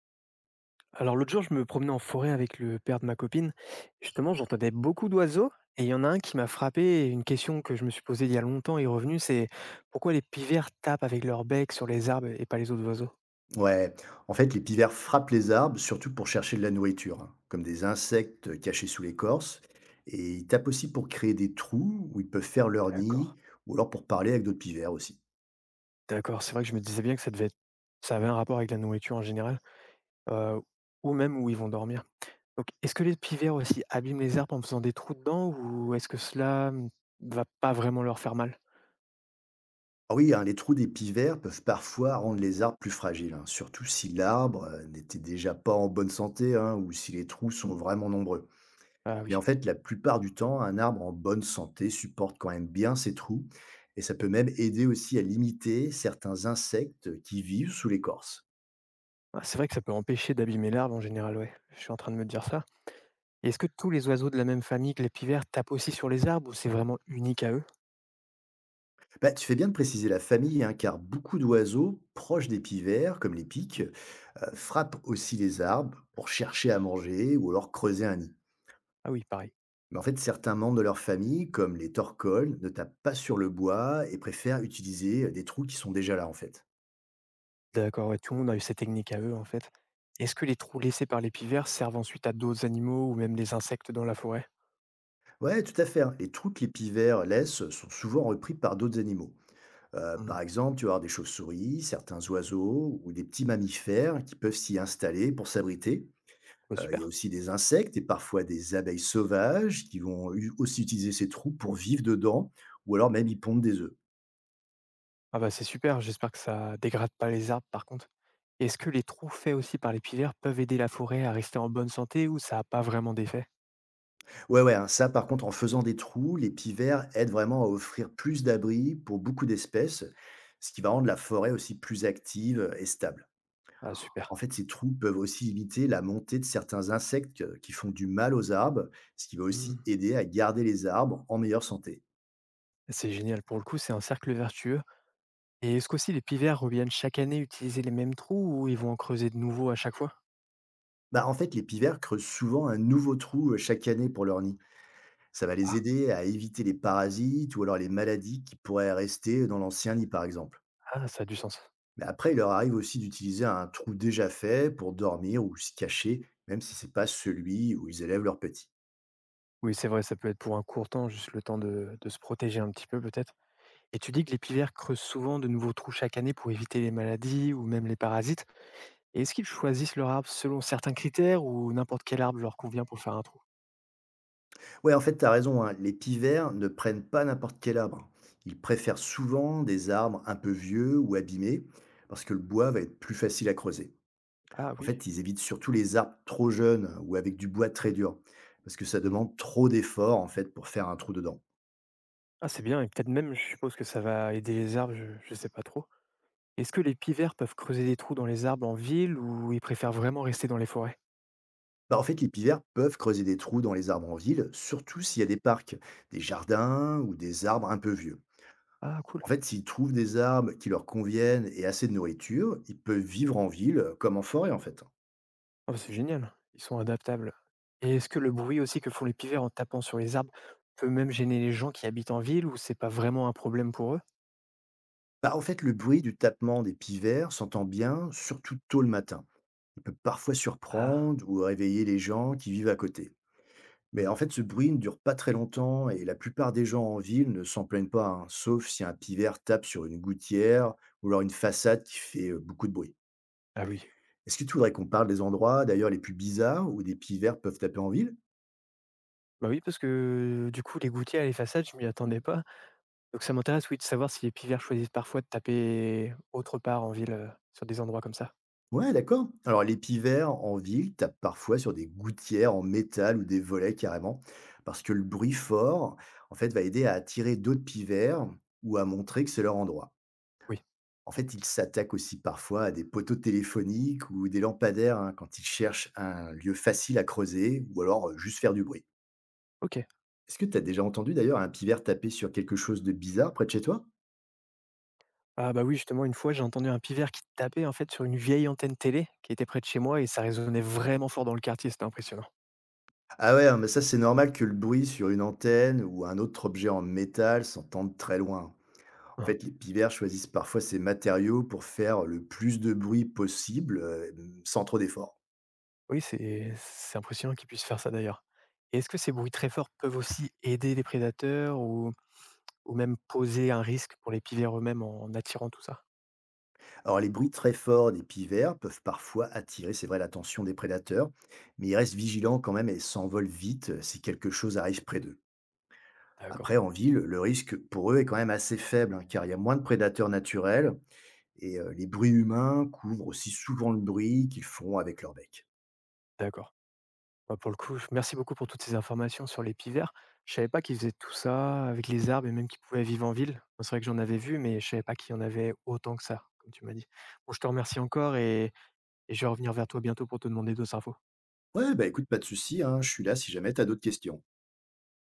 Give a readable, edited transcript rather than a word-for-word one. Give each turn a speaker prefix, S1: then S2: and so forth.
S1: Alors l'autre jour, je me promenais en forêt avec le père de ma copine. Justement, j'entendais beaucoup d'oiseaux et il y en a un qui m'a frappé. Une question que je me suis posée il y a longtemps est revenue, c'est pourquoi les pivers tapent avec leur bec sur les arbres et pas les autres oiseaux.
S2: Ouais, en fait, les pivers frappent les arbres, surtout pour chercher de la nourriture, hein, comme des insectes cachés sous l'écorce. Et ils tapent aussi pour créer des trous où ils peuvent faire leur
S1: D'accord.
S2: nid, ou alors pour parler avec d'autres pivers aussi.
S1: D'accord, c'est vrai que je me disais bien que ça devait être ça avait un rapport avec la nourriture en général, euh, ou même où ils vont dormir. Donc est-ce que les pivers aussi abîment les arbres en faisant des trous dedans ou est-ce que cela ne va pas vraiment leur faire mal?
S2: Ah oui, hein, les trous des pivers peuvent parfois rendre les arbres plus fragiles, hein, surtout si l'arbre n'était déjà pas en bonne santé, hein, ou si les trous sont vraiment nombreux.
S1: Ah
S2: Mais en
S1: oui.
S2: fait, la plupart du temps, un arbre en bonne santé supporte quand même bien ces trous, et ça peut même aider aussi à limiter certains insectes qui vivent sous l'écorce.
S1: Ah, c'est vrai que ça peut empêcher d'abîmer l'arbre en général, ouais. Je suis en train de me dire ça. Et est-ce que tous les oiseaux de la même famille que les pivers tapent aussi sur les arbres ou c'est vraiment unique à eux?
S2: Bah, tu fais bien de préciser la famille, hein, car beaucoup d'oiseaux proches des pivers, comme les pics, frappent aussi les arbres pour chercher à manger ou alors creuser un nid.
S1: Ah oui, pareil.
S2: Mais en fait, certains membres de leur famille, comme les torcoles, ne tapent pas sur le bois et préfèrent utiliser des trous qui sont déjà là, en fait.
S1: D'accord, ouais, tout le monde a eu cette technique à eux en fait. Est-ce que les trous laissés par les pivers servent ensuite à d'autres animaux ou même les insectes dans la forêt?
S2: Ouais, tout à fait, hein. Les trous que les pivers laissent sont souvent repris par d'autres animaux.
S1: Hmm,
S2: Par exemple, tu vas avoir des chauves-souris, certains oiseaux ou des petits mammifères qui peuvent s'y installer pour s'abriter.
S1: bah,
S2: Il
S1: super.
S2: y a aussi des insectes et parfois des abeilles sauvages qui vont u aussi utiliser ces trous pour vivre dedans ou alors même y pondent des œufs.
S1: Ah bah, c'est super, j'espère que ça dégrade pas les arbres par contre. Est-ce que les trous faits aussi par les pivers peuvent aider la forêt à rester en bonne santé ou ça n'a pas vraiment d'effet?
S2: Ouais, hein, ça par contre en faisant des trous, les pivers aident vraiment à offrir plus d'abris pour beaucoup d'espèces, ce qui va rendre la forêt aussi plus active et stable.
S1: Ah, super.
S2: En fait, ces trous peuvent aussi limiter la montée de certains insectes qui font du mal aux arbres, ce qui va
S1: Hmm,
S2: aussi aider à garder les arbres en meilleure santé.
S1: c'est génial, pour le coup, c'est un cercle vertueux. Et est-ce qu'aussi les pivers reviennent chaque année utiliser les mêmes trous ou ils vont en creuser de nouveaux à chaque fois?
S2: Bah, en fait, les pivers creusent souvent un nouveau trou, chaque année pour leur nid. Ça va les
S1: Ah,
S2: aider à éviter les parasites ou alors les maladies qui pourraient rester dans l'ancien lit, par exemple.
S1: ah, ça a du sens.
S2: Mais après, il leur arrive aussi d'utiliser un trou déjà fait pour dormir ou se cacher, même si c'est pas celui où ils élèvent leurs petits.
S1: Oui, c'est vrai, ça peut être pour un court temps, juste le temps de se protéger un petit peu peut-être. Et tu dis que les pivers creusent souvent de nouveaux trous chaque année pour éviter les maladies ou même les parasites. Et est-ce qu'ils choisissent leur arbre selon certains critères ou n'importe quel arbre leur convient pour faire un trou?
S2: Ouais, en fait, t'as raison, hein, les pivers ne prennent pas n'importe quel arbre. Ils préfèrent souvent des arbres un peu vieux ou abîmés, parce que le bois va être plus facile à creuser.
S1: Ah
S2: En
S1: oui.
S2: fait, ils évitent surtout les arbres trop jeunes ou avec du bois très dur, parce que ça
S1: Mmh.
S2: demande trop d'efforts, en fait, pour faire un trou dedans.
S1: Ah, c'est bien et peut-être même, je suppose que ça va aider les arbres, je ne sais pas trop. Est-ce que les pivers peuvent creuser des trous dans les arbres en ville ou ils préfèrent vraiment rester dans les forêts?
S2: Bah, en fait, les pivers peuvent creuser des trous dans les arbres en ville, surtout s'il y a des parcs, des jardins ou des arbres un peu vieux.
S1: Ah cool.
S2: En fait, s'ils trouvent des arbres qui leur conviennent et assez de nourriture, ils peuvent vivre en ville comme en forêt en fait.
S1: Ah, bah, c'est génial. Ils sont adaptables. Et est-ce que le bruit aussi que font les pivers en tapant sur les arbres peut même gêner les gens qui habitent en ville ou c'est pas vraiment un problème pour eux?
S2: Bah, en fait, le bruit du tapement des pivers s'entend bien, surtout tôt le matin. Il peut parfois
S1: Ah.
S2: surprendre ou réveiller les gens qui vivent à côté. Mais
S1: Mmh.
S2: en fait, ce bruit ne dure pas très longtemps et la plupart des gens en ville ne s'en plaignent pas, hein, sauf si un pivert tape sur une gouttière ou alors une façade qui fait beaucoup de bruit.
S1: Ah oui.
S2: Est-ce que tu voudrais qu'on parle des endroits, d'ailleurs, les plus bizarres où des pivers peuvent taper en ville?
S1: Bah oui, parce que du coup, les gouttières et les façades, je m'y attendais pas. Donc ça m'intéresse, oui, de savoir si les pivers choisissent parfois de taper autre part en ville, sur des endroits comme ça.
S2: Ouais, d'accord. Alors, les pivers en ville tapent parfois sur des gouttières en métal ou des volets carrément, parce que le bruit fort, en fait, va aider à attirer d'autres pivers ou à montrer que c'est leur endroit.
S1: Oui.
S2: En fait, ils s'attaquent aussi parfois à des poteaux téléphoniques ou des lampadaires, hein, quand ils cherchent un lieu facile à creuser ou alors juste faire du bruit.
S1: OK.
S2: Est-ce que tu as déjà entendu d'ailleurs un pivert taper sur quelque chose de bizarre près de chez toi?
S1: Ah bah, oui, justement, une fois, j'ai entendu un pivert qui tapait, en fait, sur une vieille antenne télé qui était près de chez moi et ça résonnait vraiment fort dans le quartier, c'était impressionnant.
S2: Ah ouais, hein, mais ça, c'est normal que le bruit sur une antenne ou un autre objet en métal s'entende très loin. En
S1: Hein hein.
S2: fait, les pivers choisissent parfois ces matériaux pour faire le plus de bruit possible, sans trop d'efforts.
S1: Oui, c'est impressionnant qu'ils puissent faire ça, d'ailleurs. Et est-ce que ces bruits très forts peuvent aussi aider les prédateurs ou même poser un risque pour les pivers eux-mêmes en attirant tout ça?
S2: Alors, les bruits très forts des pivers peuvent parfois attirer, c'est vrai, l'attention des prédateurs, mais ils restent vigilants quand même et s'envolent vite si quelque chose arrive près d'eux.
S1: D'accord,
S2: Après, en ville, le risque pour eux est quand même assez faible, hein, car il y a moins de prédateurs naturels et les bruits humains couvrent aussi souvent le bruit qu'ils feront avec leur bec.
S1: d'accord. Bah, pour le coup, je- merci beaucoup pour toutes ces informations sur les pivers. Je savais pas qu'ils faisaient tout ça avec les arbres et même qu'ils pouvaient vivre en ville. Bon, c'est vrai que j'en avais vu, mais je savais pas qu'il y en avait autant que ça, comme tu m'as dit. Bon, je te remercie encore et je vais revenir vers toi bientôt pour te demander d'autres infos.
S2: Ouais, bah écoute, pas de souci, hein, je suis là si jamais t'as d'autres questions.